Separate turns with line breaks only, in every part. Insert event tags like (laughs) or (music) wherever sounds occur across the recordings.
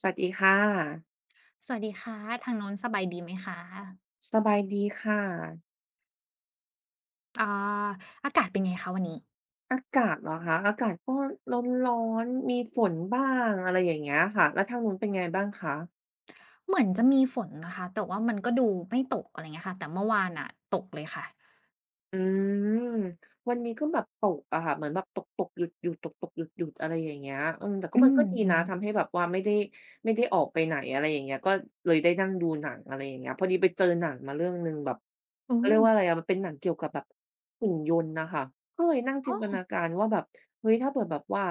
สวัสดีค่ะ
สวัสดีค่ะทางโน้นสบายดีไหมคะ
สบายดีค่ะ
อ่าอากาศเป็นไงคะวันนี้
อากาศเหรอคะ อากาศก็ร้อนๆมีฝนบ้างอะไรอย่างเงี้ยค่ะ แล้วทางนู้นเป็นไงบ้างคะ
เหมือนจะมีฝนนะคะแต่ว่ามันก็ดูไม่ตกอะไรเงี้ยค่ะแต่เมื่อวานน่ะตกเลยค่ะ
อืมวันนี้ก็แบบตกอะค่ะเหมือนแบบตกตกหยุดๆตกๆหยุดๆอะไรอย่างเงี้ยเแต่ก็
อื
มันก็ดีนะ
ม
ทำ
ๆ
ให้แบบว่าไม่ได้ออกไปไหนอะไรอย่างเงี้ยก็เลยได้นั่งดูหนังอะไรอย่างเงี้ยพอดีไปเจอหนังมาเรื่องหนึ่งแบบ
โอ้
เขาเรียกว่าอะไรอะมันเป็นหนังเกี่ยวกับแบบหุ่นยนต์นะคะก็เลยนั่งจิ
อ้
น
อ
ตนาการว่าแบบเฮ้ยถ้าเผิ่แบบว่า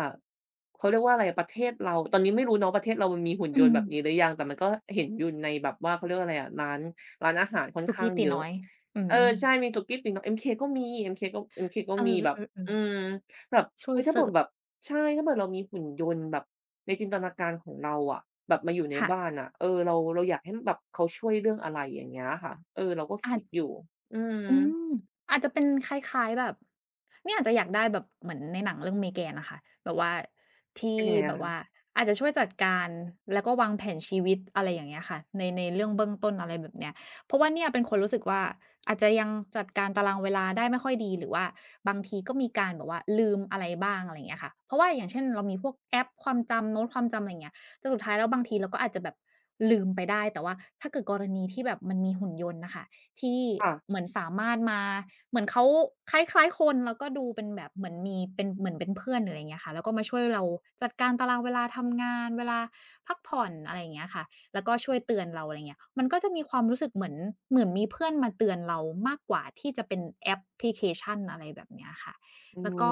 เขาเรียกว่าอะไรอประเทศเราตอนนี้ไม่รู้เนาะประเทศเรามันมีหุ่น
อื
ยนต์
ม
แบบนี้หรือยังแต่มันก็เห็นอยู่ในแบบว่าเขาเรียกว่าอะไรอะร้านอาหารค่อน
สุ
ข้าง
กี้ตี
เยอะ
น้อยอื
เอ
ม
อใช่มีสุกี้ติ่งนก MK ก็มี MK ก็ MK ก็
เอ
มีแบบ
อ
อื
ๆ
ม
ๆ
แบบ
ช่ว
อุ๊
ย
ยถ้า
เสิ
เผื่อ
ร์ฟ
แบบใช่ถ้าเผื่อเรามีหุ่นยนต์แบบในจินตนาการของเราอะแบบมาอยู่ใน
ค่ะ
บ้านน่ะเออเราอยากให้แบบเขาช่วยเรื่องอะไรอย่างเงี้ยค่ะเออเราก็
อา
คิ
จ
ดอยู่อืม
อืมอาจจะเป็นคล้ายๆแบบเนี่ยอาจจะอยากได้แบบเหมือนในหนังเรื่อง Megan อะค่ะแบบว่าที่
เป็นยังไง
แบ
อะ
บว่า
คะ
อาจจะช่วยจัดการแล้วก็วางแผนชีวิตอะไรอย่างเงี้ยค่ะในเรื่องเบื้องต้นอะไรแบบเนี้ยเพราะว่าเนี่ยเป็นคนรู้สึกว่าอาจจะยังจัดการตารางเวลาได้ไม่ค่อยดีหรือว่าบางทีก็มีการแบบว่าลืมอะไรบ้างอะไรอย่างเงี้ยค่ะเพราะว่าอย่างเช่นเรามีพวกแอปความจำโน้ตความจำอะไรอย่างเงี้ยแต่สุดท้ายแล้วบางทีเราก็อาจจะแบบลืมไปได้แต่ว่าถ้าเกิดกรณีที่แบบมันมีหุ่นยนต์น่ะค่ะ ที่
ค่ะ
เหมือนสามารถมาเหมือนเขาคล้ายๆคนแล้วก็ดูเป็นแบบเหมือนมีเป็นเหมือนเป็นเพื่อนหรืออะไรอย่างเงี้ยค่ะแล้วก็มาช่วยเราจัดการตารางเวลาทำงานเวลาพักผ่อนอะไรอย่างเงี้ยค่ะแล้วก็ช่วยเตือนเราอะไรเงี้ยมันก็จะมีความรู้สึกเหมือนเหมือนมีเพื่อนมาเตือนเรามากกว่าที่จะเป็นแอปพลิเคชันอะไรแบบเนี้ยค่ะ
อื
แล้วก็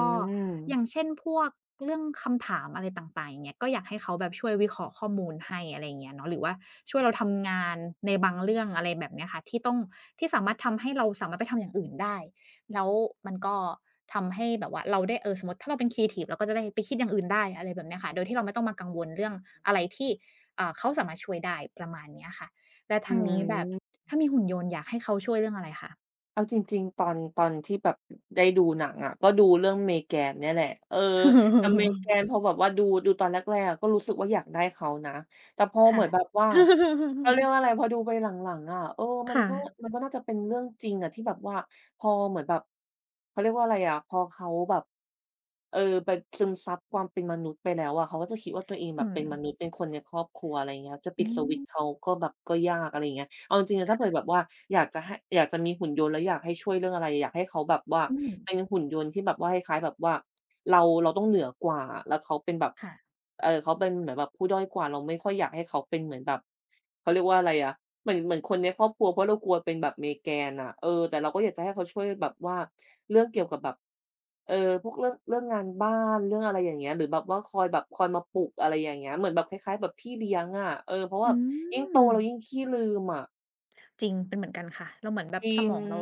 อย่างเช่นพวกเรื่องคำถามอะไรต่างๆอย่างเงี้ยก็อยากให้เขาแบบช่วยวิเคราะห์ข้อมูลให้อะไรอย่างเงี้ยเนาะหรือว่าช่วยเราทำงานในบางเรื่องอะไรแบบเนี้ยค่ะที่ต้องที่สามารถทำให้เราสามารถไปทำอย่างอื่นได้แล้วมันก็ทำให้แบบว่าเราได้เออสมมุติถ้าเราเป็นครีเอทิฟเราก็จะได้ไปคิดอย่างอื่นได้อะไรแบบเนี้ยค่ะโดยที่เราไม่ต้องมากังวลเรื่องอะไรที่เขาสามารถช่วยได้ประมาณเนี้ยค่ะและ
อื
ทางนี้แบบ
ม
ถ้ามีหุ่นยนต์อยากให้เขาช่วยเรื่องอะไรคะ
เอาจริงๆตอนที่แบบได้ดูหนังอะก็ดูเรื่อง Megan เนี่ยแหละเออแต่ Megan พ
(laughs)
อแบบว่าดูตอนแรกๆอะก็รู้สึกว่าอยากได้เขานะแต่พอเหมื
ค่ะ
อนแบบว่าเขาเรียกว่า
(laughs)
อะไรพอดูไปหลังๆอะเออมัน
ค่ะ
ก็มันก็น่าจะเป็นเรื่องจริงอะที่แบบว่าพอเหมือนแบบเขาเรียกว่าอะไรอะพอเขาแบบเออไปซึมซับความเป็นมนุษย์ไปแล้วอะเขาก็จะคิดว่าตัวเองแบ
อื
บเป็
ม
นมนุษย์เป็นคนในครอบครัวอะไรอย่างเงี้ยจะปิ
อื
ดสวิต
ม
ช์เขาก็แบบก็ยากอะไรอย่างเงี้ย เอาจริงๆนะถ้าเผื่อแบบว่าอยากจะให้อยากจะมีหุ่นยนต์แล้วอยากให้ช่วยเรื่องอะไรอยากให้เขาแบบว่า
อืม
เป็นหุ่นยนต์ที่แบบว่าคล้ายๆแบบว่าเราต้องเหนือกว่าแล้วเขาเป็นแบบ
ค่ะ
เขาเป็นเหมือนแบบผู้ด้อยกว่าเราไม่ค่อยอยากให้เขาเป็นเหมือนแบบเขาเรียกว่าอะไรอะเหมือนคนในครอบครัวเพราะเรากลัวเป็นแบบเมแกนน่ะเออแต่เราก็อยากจะให้เขาช่วยแบบว่าเรื่องเกี่ยวกับแบบเอ่อพวกเรื่องงานบ้านเรื่องอะไรอย่างเงี้ยหรือแบบว่าคอยมาปลุกอะไรอย่างเงี้ยเหมือนแบบคล้ายๆแบบพี่เลี้ยงอะเออเพราะว่า
อื
ยิ่งโต
ม
เรายิ่งขี้ลืมอะ
จริงเป็นเหมือนกันค่ะ เราเหมือนแบ
จ
บ
ริ
ส
ง
มองเรา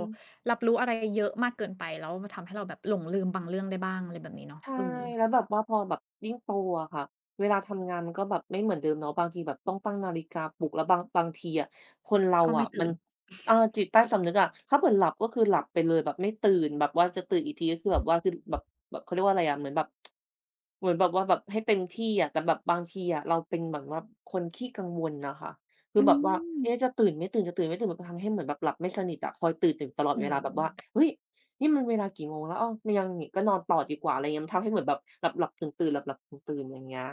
รับรู้อะไรเยอะมากเกินไปแล้วมันทำให้เราแบบหลงลืมบางเรื่องได้บ้างอะไรแบบนี้เนาะ
ใช่
เออ
แล้วแบบว่าพอแบบยิ่งโตอะค่ะเวลาทำงานมันก็แบบไม่เหมือนเดิมเนาะบางทีแบบต้องตั้งนาฬิกาปลุกแล้วบางทีอะคนเรา
ก็ไม่
อะมั
ตื่
น
น
เออจิตใต้สำนึกอะถ้าเผื่อหลับก็คือหลับไปเลยแบบไม่ตื่นแบบว่าจะตื่นอีกทีก็คือแบบว่าคือแบบเขาเรียกว่าอะไรอะเหมือนแบบเหมือนแบบว่าแบบให้เต็มที่อะแต่แบบบางทีอะเราเป็นเหมือนว่าคนขี้กังวลน่ะค่ะคือ
อื
แบบว่า
ม
เอ๊ะจะตื่นไม่ตื่นมันก็ทำให้เหมือนแบบหลับไม่สนิทอะคอยตื่นๆตลอด
อื
เวลา
ม
แบบว่าเฮ้ย นี่มันเวลากี่โมงแล้วอ้าวยังอีกก็นอนต่อดีกว่าอะไรอย่างเงี้ยมันทำให้เหมือนแบบหลับๆตื่นๆหลับๆตื่นๆอย่างเงี้ย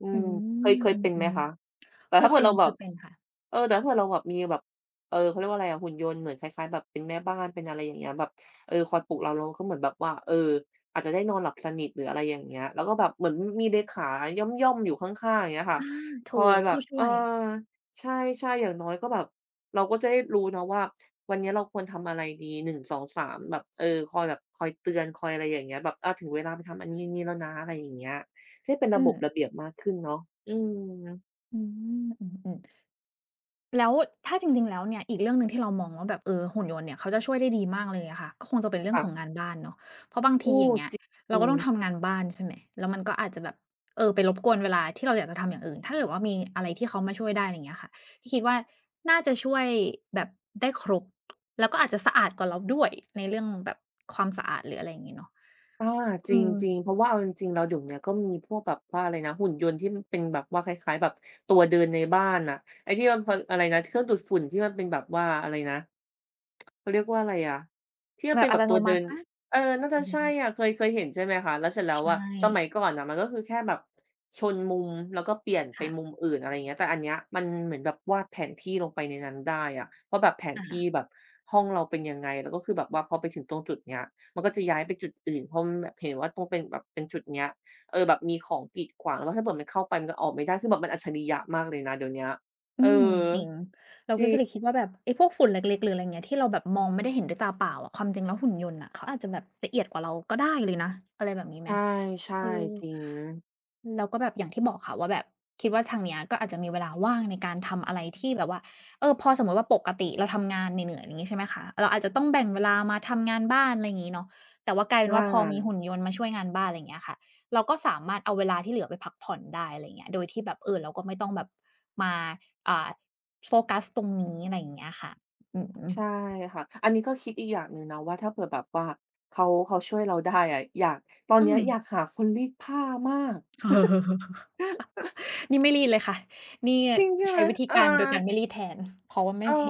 อื
อื
มเคย
ม
เค
อ
ยเป็น
ื
ไหม
ม
คะ
ๆ
แต่
เค
ถ้า
ย
เผื่อ
เป็น
เรา
ๆ
แบ
ค
บ
ยเป็นค่ะ
แต่ถ้าเผื่อเราแบบมีแบบเออเขาเรียกว่าอะไรอะหุ่นยนต์เหมือนคล้ายๆแบบเป็นแม่บ้านเป็นอะไรอย่างเงี้ยแบบเออคอยปลุกเราก็เหมือนแบบว่าเอออาจจะได้นอนหลับสนิทหรืออะไรอย่างเงี้ยแล้วก็แบบเหมือนมีเลขาย่อมๆอยู่ข้างๆอย่างเงี้ยค่ะ
อา
คอ
ถู
ย
ก
แบบ
ผู้ช่
เออ
วย
ใช่ๆอย่างน้อยก็แบบ เราก็จะได้รู้เนาะว่าวันนี้เราควรทำอะไรดี1 2 3แบบเออคอยเตือนคอยอะไรอย่างเงี้ยแบบอาถึงเวลาไปทำอันนี้ๆแล้วนะอะไรอย่างเงี้ยจะได้เป็น
อื
ระบ
ม
บระเบียบมากขึ้นเนาะอืม
อืมอือๆ แล้วถ้าจริงๆ แล้วเนี่ยอีกเรื่องหนึ่งที่เรามองว่าแบบเออหุ่นยนต์เนี่ยเขาจะช่วยได้ดีมากเลยอะค่ะก็คงจะเป็นเรื่อง
ค่ะ
ของงานบ้านเนาะเพราะบางที
โอ้
อย่างเงี้ย
จริงอื
เราก็
ม
ต้องทำงานบ้านใช่ไหมแล้วมันก็อาจจะแบบเออไปรบกวนเวลาที่เราอยากจะทำอย่างอื่นถ้าเกิดว่ามีอะไรที่เขามาช่วยได้อะไรอย่างเงี้ยค่ะพี่คิดว่าน่าจะช่วยแบบได้ครบแล้วก็อาจจะสะอาดกว่าเราด้วยในเรื่องแบบความสะอาดหรืออะไรอย่างงี้เนาะ
อาจ
อืม
ริงๆเพราะว่าเอาจริงๆแล้วเดี๋ยวเนี้ยก็มีพวกแบบว่าอะไรนะหุ่นยนต์ที่มันเป็นแบบว่าคล้ายๆแบบตัวเดินในบ้านน่ะไอ้ที่มันพอะไรนะเครื่องดูดฝุ่นที่มันเป็นแบบว่าอะไรนะ เขาเรียกว่าอะไรอะที่มัน
แบ
เป็
บ
น
อั
แบ
ต
บ
โน
ตัว
มั
เดิ
ติ
นเออน่าจะใช่อะเคยเห็นใช่ไหมคะแล้วเสร็จแล้ว
ใช่
อะสมัยก่อนน่ะมันก็คือแค่แบบชนมุมแล้วก็เปลี่ยนไป
ค่ะ
มุมอื่นอะไรอย่างเงี้ยแต่อันเนี้ยมันเหมือนแบบวาดแผนที่ลงไปในนั้นได้อะว่าแบบแผนที่แบบห้องเราเป็นยังไงแล้วก็คือแบบว่าพอไปถึงตรงจุดเนี้ยมันก็จะย้ายไปจุดอื่นเพราะมันแบบเห็นว่าตรงเป็นแบบเป็นจุดเนี้ยเออแบบมีของกีดขวางแล้วถ้าเผื่อมันเข้าไปมันก็ออกไม่ได้คือแบบมันอัจฉริยะมากเลยนะเดี๋ยวเนี้ย
อื
เออ
มจริงเราก็กเลยคิดว่าแบบไอ้พวกฝุ่นเล็กๆหรืออะไรเงี้ยที่เราแบบมองไม่ได้เห็นด้วยตาเปล่าอะความจริงแล้วหุ่นยนต์น่ะเขาอาจจะแบบละเอียดกว่าเราก็ได้เลยนะอะไรแบบนี้ไหม
ใช่
เออ
ๆจริง
แล้วก็แบบอย่างที่บอกค่ะว่าแบบคิดว่าทางเนี้ยก็อาจจะมีเวลาว่างในการทำอะไรที่แบบว่าเออพอสมมุติว่าปกติเราทำงานเหนื่อยๆอย่างงี้ใช่ไหมคะเราอาจจะต้องแบ่งเวลามาทำงานบ้านอะไรอย่างงี้เนาะแต่ว่ากลาย
อ
เป็นว่าพอมี
า
หุ่นยนต์มาช่วยงานบ้านอะไรอย่างเงี้ยค่ะเราก็สามารถเอาเวลาที่เหลือไปพักผ่อนได้อะไรอย่างเงี้ยโดยที่แบบเออเราก็ไม่ต้องแบบมาอ่าโฟกัสตรงนี้อะไรอย่างเงี้ยค่ะอือ
ใช่ค่ะ อันนี้ก็คิดอีกอย่างหนึ่งนะว่าถ้าเผื่อแบบว่าเขาช่วยเราได้อะอยากตอน
อื
เนี้ย
ม
อยากหาคนรีดผ้ามาก
นี่ไม่รีดเลยค่ะนี่
จริงใช่ไห
ใช้
ม
วิธี
เออ
การโดยการไม่รีดแทนเพราะว่า
เอ
ไม่
อ
(laughs) เห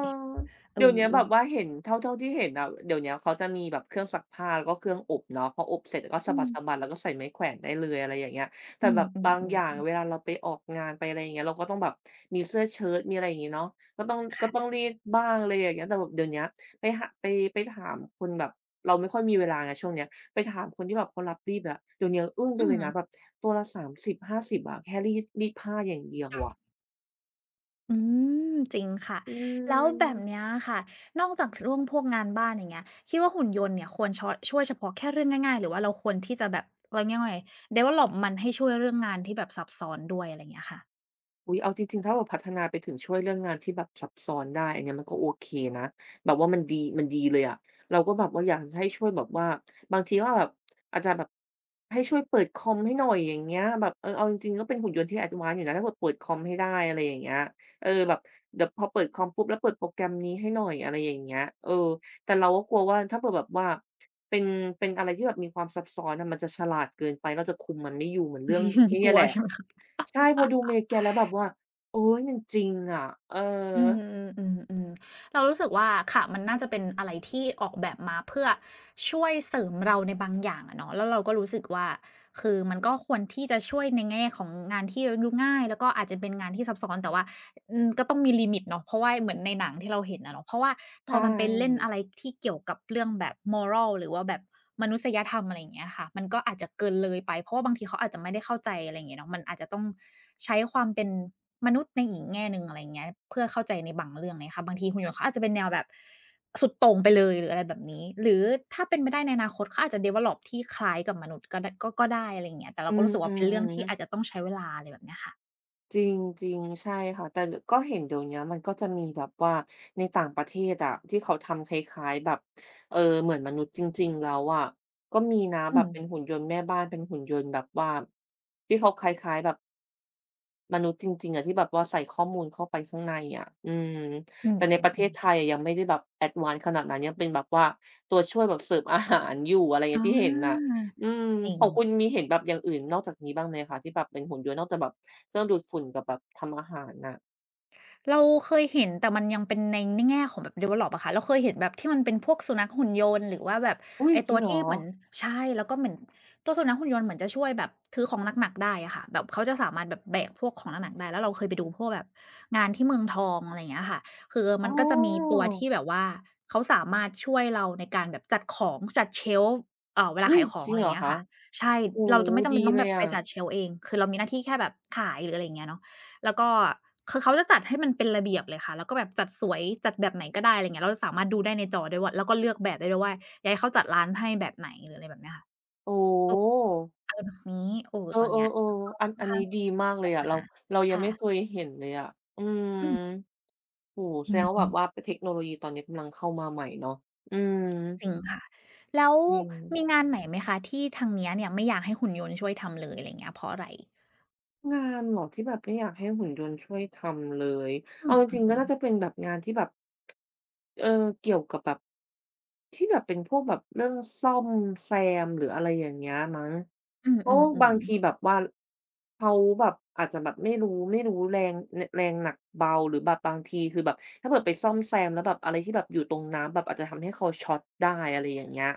เออ
เดี๋ยวเนี้ยแบบว่าเห็นเท่าที่เห็นอะเดี๋ยวเนี้ยเขาจะมีแบบเครื่องซักผ้าแล้วก็เครื่องอบเนาะพออบเสร็จก็สะ
อื
บ
ม
ัดๆแล้วก็ใส่ไม้แขวนได้เลยอะไรอย่างเงี้ยแต่
อืม
แบบบางอย่าง
ๆ
เว
ๆ
ลาเราไปออกงานไปอะไรอย่างเงี้ยเราก็ต้องแบบมีเสื้อเชิ้ตมีอะไรอย่างงี้เนาะก็ต้อง
ๆ
ก็ต้อง
ค่ะ
รีดบ้างอะไรอย่างเงี้ยแต่แบบเดี๋ยวเนี้ยไปหาไปไปถามคนแบบเราไม่ค่อยมีเวลาไงช่วงเนี้ยไปถามคนที่แบบเขารับรีดอะเดี๋ยวเนี้ยอึ้งไป
อื
เล
ม
ยนะแบบตัวละ30 50อะแค่รีดผ้าอย่างเดียวอะ
อืม จริงค่ะ
อื
แล้วแบบ
ม
เนี้ยค่ะ นอกจากเรื่องพวกงานบ้านอย่างเงี้ยคิดว่าหุ่นยนต์เนี่ยควรชอช่วยเฉพาะแค่เรื่องง่ายๆ หรือว่าเราควรที่จะแบบเราเรียกว่าไง develop มันให้ช่วยเรื่องงานที่แบบซับซ้อนด้วยอะไรอย่างเงี้ยค่ะ
อุ๊ยเอาจริงๆถ้าแบบพัฒนาไปถึงช่วยเรื่องงานที่แบบซับซ้อนได้อันเนี้ยมันก็โอเคนะแบบว่ามันดีมันดีเลยอะเราก็แบบว่าอยากจะให้ช่วยแบบว่าบางทีก็แบบอาจจะแบบให้ช่วยเปิดคอมให้หน่อยอย่างเงี้ยแบบเออเอาจริงๆก็เป็นหุ่นยนต์ที่ advance อยู่นะถ้าเกิดเปิดคอมให้ได้อะไรอย่างเงี้ยเออแบบเดี๋ยวพอเปิดคอมปุ๊บแล้วเปิดโปรแกรมนี้ให้หน่อยอะไรอย่างเงี้ยเออแต่เราก็กลัวว่าถ้าเผื่อแบบว่าเป็นเป็นอะไรที่แบบมีความซับซ้อนอะมันจะฉลาดเกินไปเราจะคุมมันไม่อยู่เหมือนเรื่องไอ้
(laughs) ก
เนี่ย
ลัว
แหละ
ใช่ไหม
ใช่พอดู Megan แล้วแบบว่าโอ๊ยมันจริงอะเออ
อืมอืมอืมเรารู้สึกว่าค่ะมันน่าจะเป็นอะไรที่ออกแบบมาเพื่อช่วยเสริมเราในบางอย่างอะเนาะแล้วเราก็รู้สึกว่าคือมันก็ควรที่จะช่วยในแง่ของงานที่ดูง่ายแล้วก็อาจจะเป็นงานที่ซับซ้อนแต่ว่า ก็ต้องมีลิมิตเนาะเพราะว่าเหมือนในหนังที่เราเห็นอะเนาะเพราะว่า
ใช
พอมันไปเล่น
่
อะไรที่เกี่ยวกับเรื่องแบบ moral หรือว่าแบบมนุษยธรรมอะไรอย่างเงี้ยค่ะมันก็อาจจะเกินเลยไปเพราะว่าบางทีเขาอาจจะไม่ได้เข้าใจอะไรอย่างเงี้ยเนาะมันอาจจะต้องใช้ความเป็นมนุษย์ในอีกแง่หนึ่งอะไรอย่างเงี้ยเพื่อเข้าใจในบางเรื่องไรค่ะบางทีหุ่นยนต์เขาอาจจะเป็นแนวแบบสุดโต่งไปเลยหรืออะไรแบบนี้หรือถ้าเป็นไปได้ในอนาคตเขาอาจจะ develop ที่คล้ายกับมนุษย์ก็ได้ก็ได้อะไรอย่างเงี้ยแต่เรา
อื
ก็รู้สึกว่าเป็นเรื่องที่อาจ
ม
จะต้องใช้เวลาอะไรแบบเนี้ยค่ะ
ๆจริงๆใช่ค่ะแต่ดก็เห็นเดี๋ยวเนี้ยมันก็จะมีแบบว่าในต่างประเทศอะที่เขาทำคล้ายๆแบบเอ่อเหมือนมนุษย์จริงๆแล้วอะก็มีนะแบ
อื
บ
ม
เป็นหุ่นยนต์แม่บ้านเป็นหุ่นยนต์แบบว่าที่เขาคล้ายๆแบบ มนุษย์จริงๆอะที่แบบว่าใส่ข้อมูลเข้าไปข้างในอะอืม
อือ
แต่ในประเทศไท
ๆๆ
ยอะยังไม่ได้แบบ a d v a n c ขนาดนั้นยังเป็นแบบว่าตัวช่วยแบบเสิร์ฟอาหารอยู่อะไรอย่างเงี้ย
อา
ที่เห็นน่ะอืมข
เง
องคุณมีเห็นแบบอย่างอื่นนอกจากนี้บ้างไหมคะที่แบบเป็นหุ่นยนต์นอกจากแบบเครื่องดูดฝุ่นกับแบบทำอาหารน่ะ
เราเคยเห็นแต่มันยังเป็นในแง่ของแบบ develop อะค่ะเราเคยเห็นแบบที่มันเป็นพวกสุนัขหุ่นยนต์หรือว่าแบบ
อุ๊ย
ไอ้
จริ
ตัว
งเหร
ที่
อ
เหมือนใช่แล้วก็เหมือนตัวสุนัขหุ่นยนต์เหมือนจะช่วยแบบถือของหนักๆได้อะค่ะแบบเขาจะสามารถแบบแบกพวกของหนักๆได้แล้วเราเคยไปดูพวกแบบงานที่เมืองทองอะไรอย่างเงี้ยค่ะคือ
อ๋
มันก็จะมี
อ
ตัวที่แบบว่าเขาสามารถช่วยเราในการแบบจัดของจัด shelf เวลา
อุ๊ย
ขายขอ
จ
ง
ริง
อะไรอ
เหร
ย่าง
อ
เงี้ย
คะ
ค่ะใช่
โอ้
เรา
โฮ
จะไม่จำเป็
ดี
นต้อง
เล
แบ
ย
บไป
อะ
จัด shelf เองคือเรามีหน้าที่แค่แบบขายหรืออะไรอย่างเงี้ยเนาะ แล้วก็คือเขาจะจัดให้มันเป็นระเบียบเลยค่ะแล้วก็แบบจัดสวยจัดแบบไหนก็ได้อะไรเงี้ยเราสามารถดูได้ในจอด้วยว่าแล้วก็เลือกแบบได้ด้วยว่าอยากให้เขาจัดร้านให้แบบไหนหรืออะไรแบบเนี้ยค่ะ
โอ้
เออ
โฮ
อะไรแบบนี้เออ
เออ
ตอนเนี้ย
ๆๆอัน
ค่อน
อัน
ข้าง
นี้ดีมากเลยอะ
ห
เรา
นา
เรายัง
ค่ะ
ไม่เคยเห็นเลยอะอืม
อืม
โอ้โฮแส
อื
ดงว่าแบ
ม
บว่าเทคโนโลยีตอนนี้กำลังเข้ามาใหม่เนาะอืม
จริงค่ะแล้ว
จริง
มีงานไหนไหมคะที่ทางเนี้ยเนี่ยไม่อยากให้หุ่นยนต์ช่วยทำเลยอะไรเงี้ยเพราะอะไร
งานเหรอที่แบบไม่อยากให้หุ่นยนต์ช่วยทำเลย
อื
เอาจริงๆก็
ม
น่า
ๆ
จะ
ๆ
เป็นแบบงานที่แบบเอ่อเกี่ยวกับแบบที่แบบเป็นพวกแบบเรื่องซ่อมแซมหรืออะไรอย่างเงี้ยมั้ง
อื
เพราะบา
ม
ง
ๆ
ที
ๆ
แบบว่าเขาแบบอาจจะแบบไม่รู้แรงหนักเบาหรือแบบบางทีคือแบบถ้าเกิดไปซ่อมแซมแล้วแบบอะไรที่แบบอยู่ตรงน้ำแบบอาจจะทำให้เขาช็อตได้อะไรอย่างเงี้ย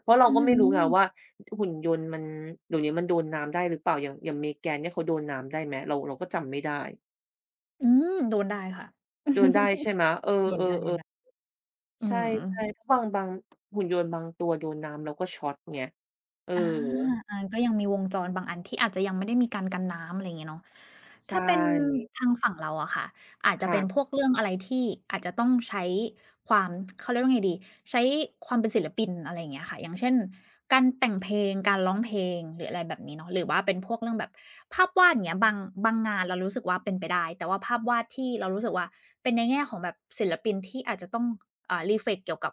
เพราะเรา
อื
ก็ไม่รู้ไงว่า
ม
หุ่นยนต์มันเดี๋ยวนี้มันโดนน้ำได้หรือเปล่าอย่าง Megan เนี่ยเขาโดนน้ำได้ไหมเราก็จำไม่ได้
อืมโดนได้ค่ะ
โดนได้ใช่
(laughs)
ไหมเออ
โดนได้
ๆ
ๆอื
ๆใช่
ม
ๆเพราะบางหุ่นยนต์บางตัวโดนน้ำแล้วก็ช็อตไงเออ
อาอาก็ยังมีวงจรบางอันที่อาจจะยังไม่ได้มีการกันน้ำอะไรอย่างเงี้ยเนาะ
ใช
ถ้าเป็น
่
ทางฝั่งเราอะค่ะอาจจะเป็นพ
ค่ะ
วกเรื่องอะไรที่อาจจะต้องใช้ความเขาเรียกว่าไงดีใช้ความเป็นศิลปินอะไรอย่างเงี้ยค่ะอย่างเช่นการแต่งเพลงการร้องเพลงหรืออะไรแบบนี้เนาะหรือว่าเป็นพวกเรื่องแบบภาพวาดอย่างเงี้ยบางงานเรารู้สึกว่าเป็นไปได้แต่ว่าภาพวาดที่เรารู้สึกว่าเป็นในแง่ของแบบศิลปินที่อาจจะต้องreflect เกี่ยวกับ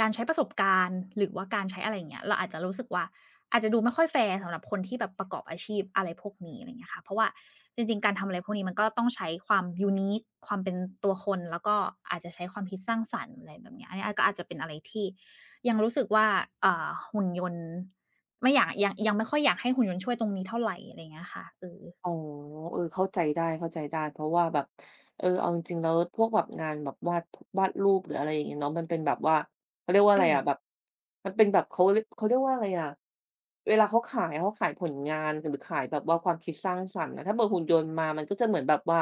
การใช้ประสบการณ์หรือว่าการใช้อะไรอย่างเงี้ยเราอาจจะรู้สึกว่า อาจจะดูไม่ค่อยแฟร์สำหรับคนที่แบบประกอบอาชีพอะไรพวกนี้อะไรเงี้ยค่ะเพราะว่าจริงๆการทำอะไรพวกนี้มันก็ต้องใช้ความ u n นิ u e ความเป็นตัวคนแล้วก็อาจจะใช้ความคิดสร้างสรรค์อะไรแบบเนี้ยอันนี้ก็อาจจะเป็นอะไรที่ยังรู้สึกว่าหุ่นยนต์ไม่อยากยังไม่ค่อยอยากให้หุ่นยนต์ช่วยตรงนี้เท่าไรอะไรเงี้ยค่ะเออ
อ๋อเออเข้าใจได้เข้าใจได้ เพราะว่าแบบเอาจริงๆแล้วพวกแบบงานแบบวาดรูปหรืออะไรอย่างเงี้ยเนาะมันเป็นแบบว่าเขาเรียกว่า
เอ
อะไร
อ
อะแบบมันเป็นแบบเขาเรียกว่าอะไรอะเวลาเขาขายผลงานหรือขายแบบว่าความคิดสร้างสรรค์อะถ้าเกิดหุ่นยนต์มามันก็จะเหมือนแบบว่า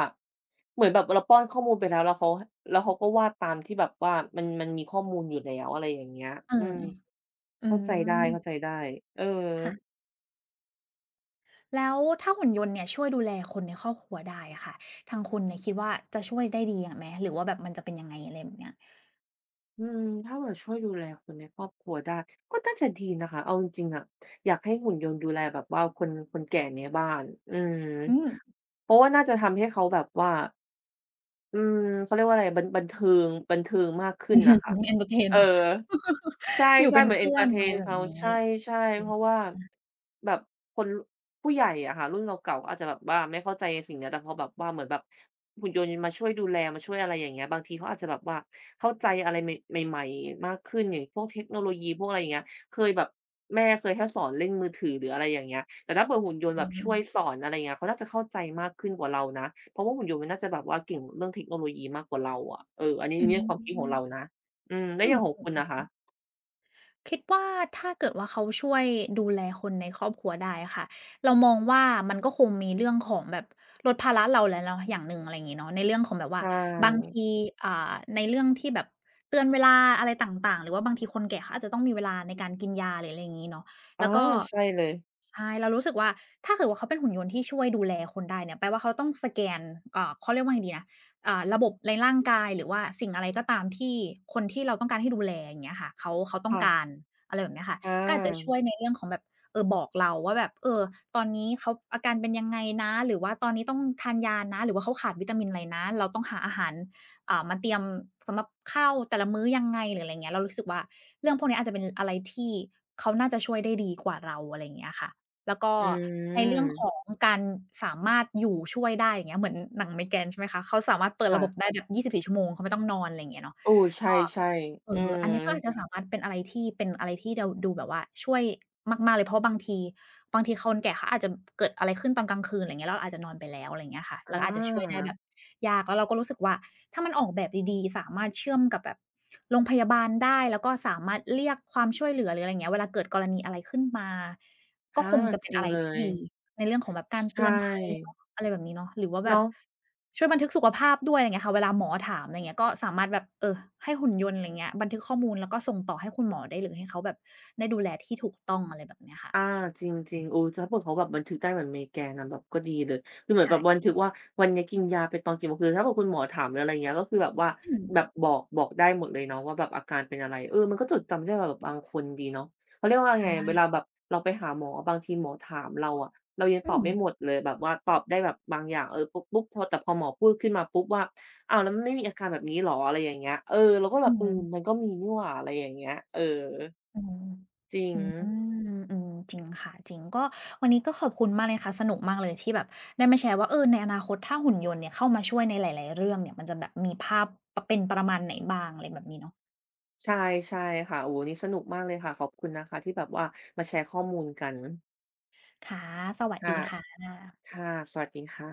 เหมือนแบบเราป้อนข้อมูลไปแล้วเขาก็วาดตามที่แบบว่ามันมีข้อมูลอยู่แล้วอะไรอย่างเงี้ย
เอ
อืม
ออื
เข้าใจได
ม
้ๆเออ
ค่ะแล้วถ้าหุ่นยนต์เนี่ยช่วยดูแลคนในครอบครัวได้อะค่ะทางคุณเนี่ยคิดว่าจะช่วยได้ดีอะไหมหรือว่าแบบมันจะเป็นยังไงอะไรแบบเนี้ย
อืมถ้าแบบ่ช่วยดูแลคนในครอบครัวได้ก็น่าจะดีนะคะเอาจริงๆอะอยากให้หุ่นยนต์ดูแลแบบว่าคนคนแก่ในบ้านอืม
อืม
เพราะว่าน่าจะทำให้เขาแบบว่า อืมเขาเรียกว่าอะไรบันเทิงบันเทิงมากขึ้นน่ะ
(laughs)
ค่ะ
เอนเตอร์เทน
เออ
เหรอ
ใช
อยู่
่
เป็
ๆ
น
เหมือนเอน
เพื่
เท
อ
อร์
น
เท
อะไร
น
แบบ
เขา
นี้
ใช่
อื
ๆเพ
อ
ราะว่าแบบคนผู้ใหญ่อะค่ะรุ่นเก่าๆก็อาจจะแบบว่าไม่เข้าใจสิ่งเนี้ยแต่พอแบบว่าเหมือนแบบหุ่นยนต์มาช่วยดูแลมาช่วยอะไรอย่างเงี้ยบางทีเขาอาจจะแบบว่าเข้าใจอะไรใหม่ใหม่ๆมากขึ้นอย่างพวกเทคโนโลยีพวกอะไรอย่างเงี้ยเคยแบบ แม่เคยแค่สอนเล่นมือถือหรืออะไรอย่างเงี้ยแต่ถ้าเผื่อหุ่นยนต์
อื
แบบช่ว
ม
ยสอนอะไรอย่างเงี้ยเขาน่าจะเข้าใจมากขึ้นกว่าเรานะเพราะว่าหุ่นยนต์มันน่าจะแบบว่าเก่งเรื่องเทคโนโลยีมากกว่าเราอะเอออันนี้
อื
อันนี้ความคิดของเรา
ม
นะอืมแล้ว
อื
อย่างของ
ม
คุณน่ะคะ
คิดว่าถ้าเกิดว่าเขาช่วยดูแลคนในครอบครัวได้อะค่ะเรามองว่ามันก็คงมีเรื่องของแบบลดภาระเราแล้วเนาะอย่างหนึ่งอะไรอย่างงี้เนาะในเรื่องของแบบว่า
ใช่
บางทีอ่าในเรื่องที่แบบเตือนเวลาอะไรต่างๆหรือว่าบางทีคนแก่เขาอาจจะต้องมีเวลาในการกินยาหรืออะไรอย่างงี้เนาะ
อ๋อ
แล้วก็
ใช่เลย
ใช่เรารู้สึกว่าถ้าเกิดว่าเขาเป็นหุ่นยนต์ที่ช่วยดูแลคนได้เนี่ยแปลว่าเขาต้องสแกนเขาเรียกว่าไงดีนะ ระบบในร่างกายหรือว่าสิ่งอะไรก็ตามที่คนที่เราต้องการให้ดูแลอย่างเงี้ยค่ะเขาต้องกา
ค่ะ
รอะไรแบบเนี้ยค่ะ
อ
ก็อาจจะช่
า
วยในเรื่องของแบบเออบอกเราว่าแบบเออตอนนี้เขาอาการเป็นยังไงนะหรือว่าตอนนี้ต้องทานยานะหรือว่าเขาขาดวิตามินอะไรนะเราต้องหาอาหารมาเตรียมสำหรับข้าวแต่ละมื้อยังไงหรืออะไรเงี้ยเรารู้สึกว่าเรื่องพวกนี้อาจจะเป็นอะไรที่เขาน่าจะช่วยได้ดีกว่าเราอะไรอย่างเงี้ยค่ะ แล้วก็
อื
ในเรื่องของ
ม
การสามารถอยู่ช่วยได้อย่างเงี้ยเหมือนหนัง "Migraine" ใช่ไหมคะเขาสามารถเปิดระบบ
ค่ะ
ได้แบบ 24 ชั่วโมงเขาไม่ต้องนอนอะไรอย่างเงี้ยเนาะ
เออใช
ก็
่ๆ
เอ
อื
ออั
ม
นนี้ก็อาจจะสามารถเป็นอะไรที่เราดูแบบว่าช่วยมากๆเลยเพราะบางทีคนแก่เขาอาจจะเกิดอะไรขึ้นตอนกลางคืนอะไรเงี้ยแล้วเราอาจจะนอนไปแล้วอะไรเงี้ยค่ะ
อ
เราอาจจะช่วยได้
า
แบบยากแล้วเราก็รู้สึกว่าถ้ามันออกแบบดีๆสามารถเชื่อมกับแบบโรงพยาบาลได้แล้วก็สามารถเรียกความช่วยเหลือหรืออะไรเงี้ยเวลาเกิดกรณีอะไรขึ้นมาก็
ค่ะ
คงจะ
จ
เป็น
ริง
อะไร
เล
ที่
ย
ดีในเรื่องของแบบการ
ใช
เตือนภัย
่
เนาะอะไรแบบนี้เนาะหรือว่าแบบ
เนาะ
ช่วยบันทึกสุขภาพด้วยอะไรเงี้ยค่ะเวลาหมอถามอะไรเงี้ยก็สามารถแบบเออให้หุ่นยนต์อะไรเงี้ยบันทึกข้อมูลแล้วก็ส่งต่อให้คุณหมอได้เลยให้เขาแบบได้ดูแลที่ถูกต้องอะไรแบบเนี้ยค่ะ
อาจริงๆโอ้ถ้าเผื่อเขาแบบบันทึกได้เหมือนเมแกนอะแบบก็ดีเลยคือเหมือน
ใช่
แบบบันทึกว่าวันนี้กินยาไปตอนกี่โมงคือถ้าเผื่อคุณหมอถามหรืออะไรอย่างเงี้ยก็คือแบบว่า
อืม
แบบบอกได้หมดเลยเนาะว่าแบบอาการเป็นอะไรเออมันก็จดจำได้ว่าแบบบางคนดีเนาะเขาเรียกว่าไง
ใช่
เวลาแบบเราไปหาหมอบางทีหมอถามเราอะเรายัง
อื
ตอบ
ม
ไม่หมดเลยแบบว่าตอบได้แบบบางอย่างเออปุ๊บๆพอแต่พอหมอพูดขึ้นมาปุ๊บว่าอ้าวแล้วมันไม่มีอาการแบบนี้เหรออะไรอย่างเงี้ยเออเราก็แบ
อื
บเอ
ม
อมันก็มีนี่หว่าอะไรอย่างเงี้ยเออ
อืม
จริง
อืมอืมจริงค่ะจริงก็วันนี้ก็ขอบคุณมากเลยค่ะสนุกมากเลยที่แบบได้มาแชร์ว่าเออในอนาคตถ้าหุ่นยนต์เนี่ยเข้ามาช่วยในหลายๆเรื่องเนี่ยมันจะแบบมีภาพปเป็นประมาณไหนบ้างอะไรแบบนี้เนาะ
ใช่ใช่ค่ะโอ้โฮวันนี้สนุกมากเลยค่ะขอบคุณนะคะที่แบบว่ามาแชร์ข้อมูลกัน
ค่ะสวัสดี
ค่ะ
ค่ะ
ค่ะสวัสดีค่ะ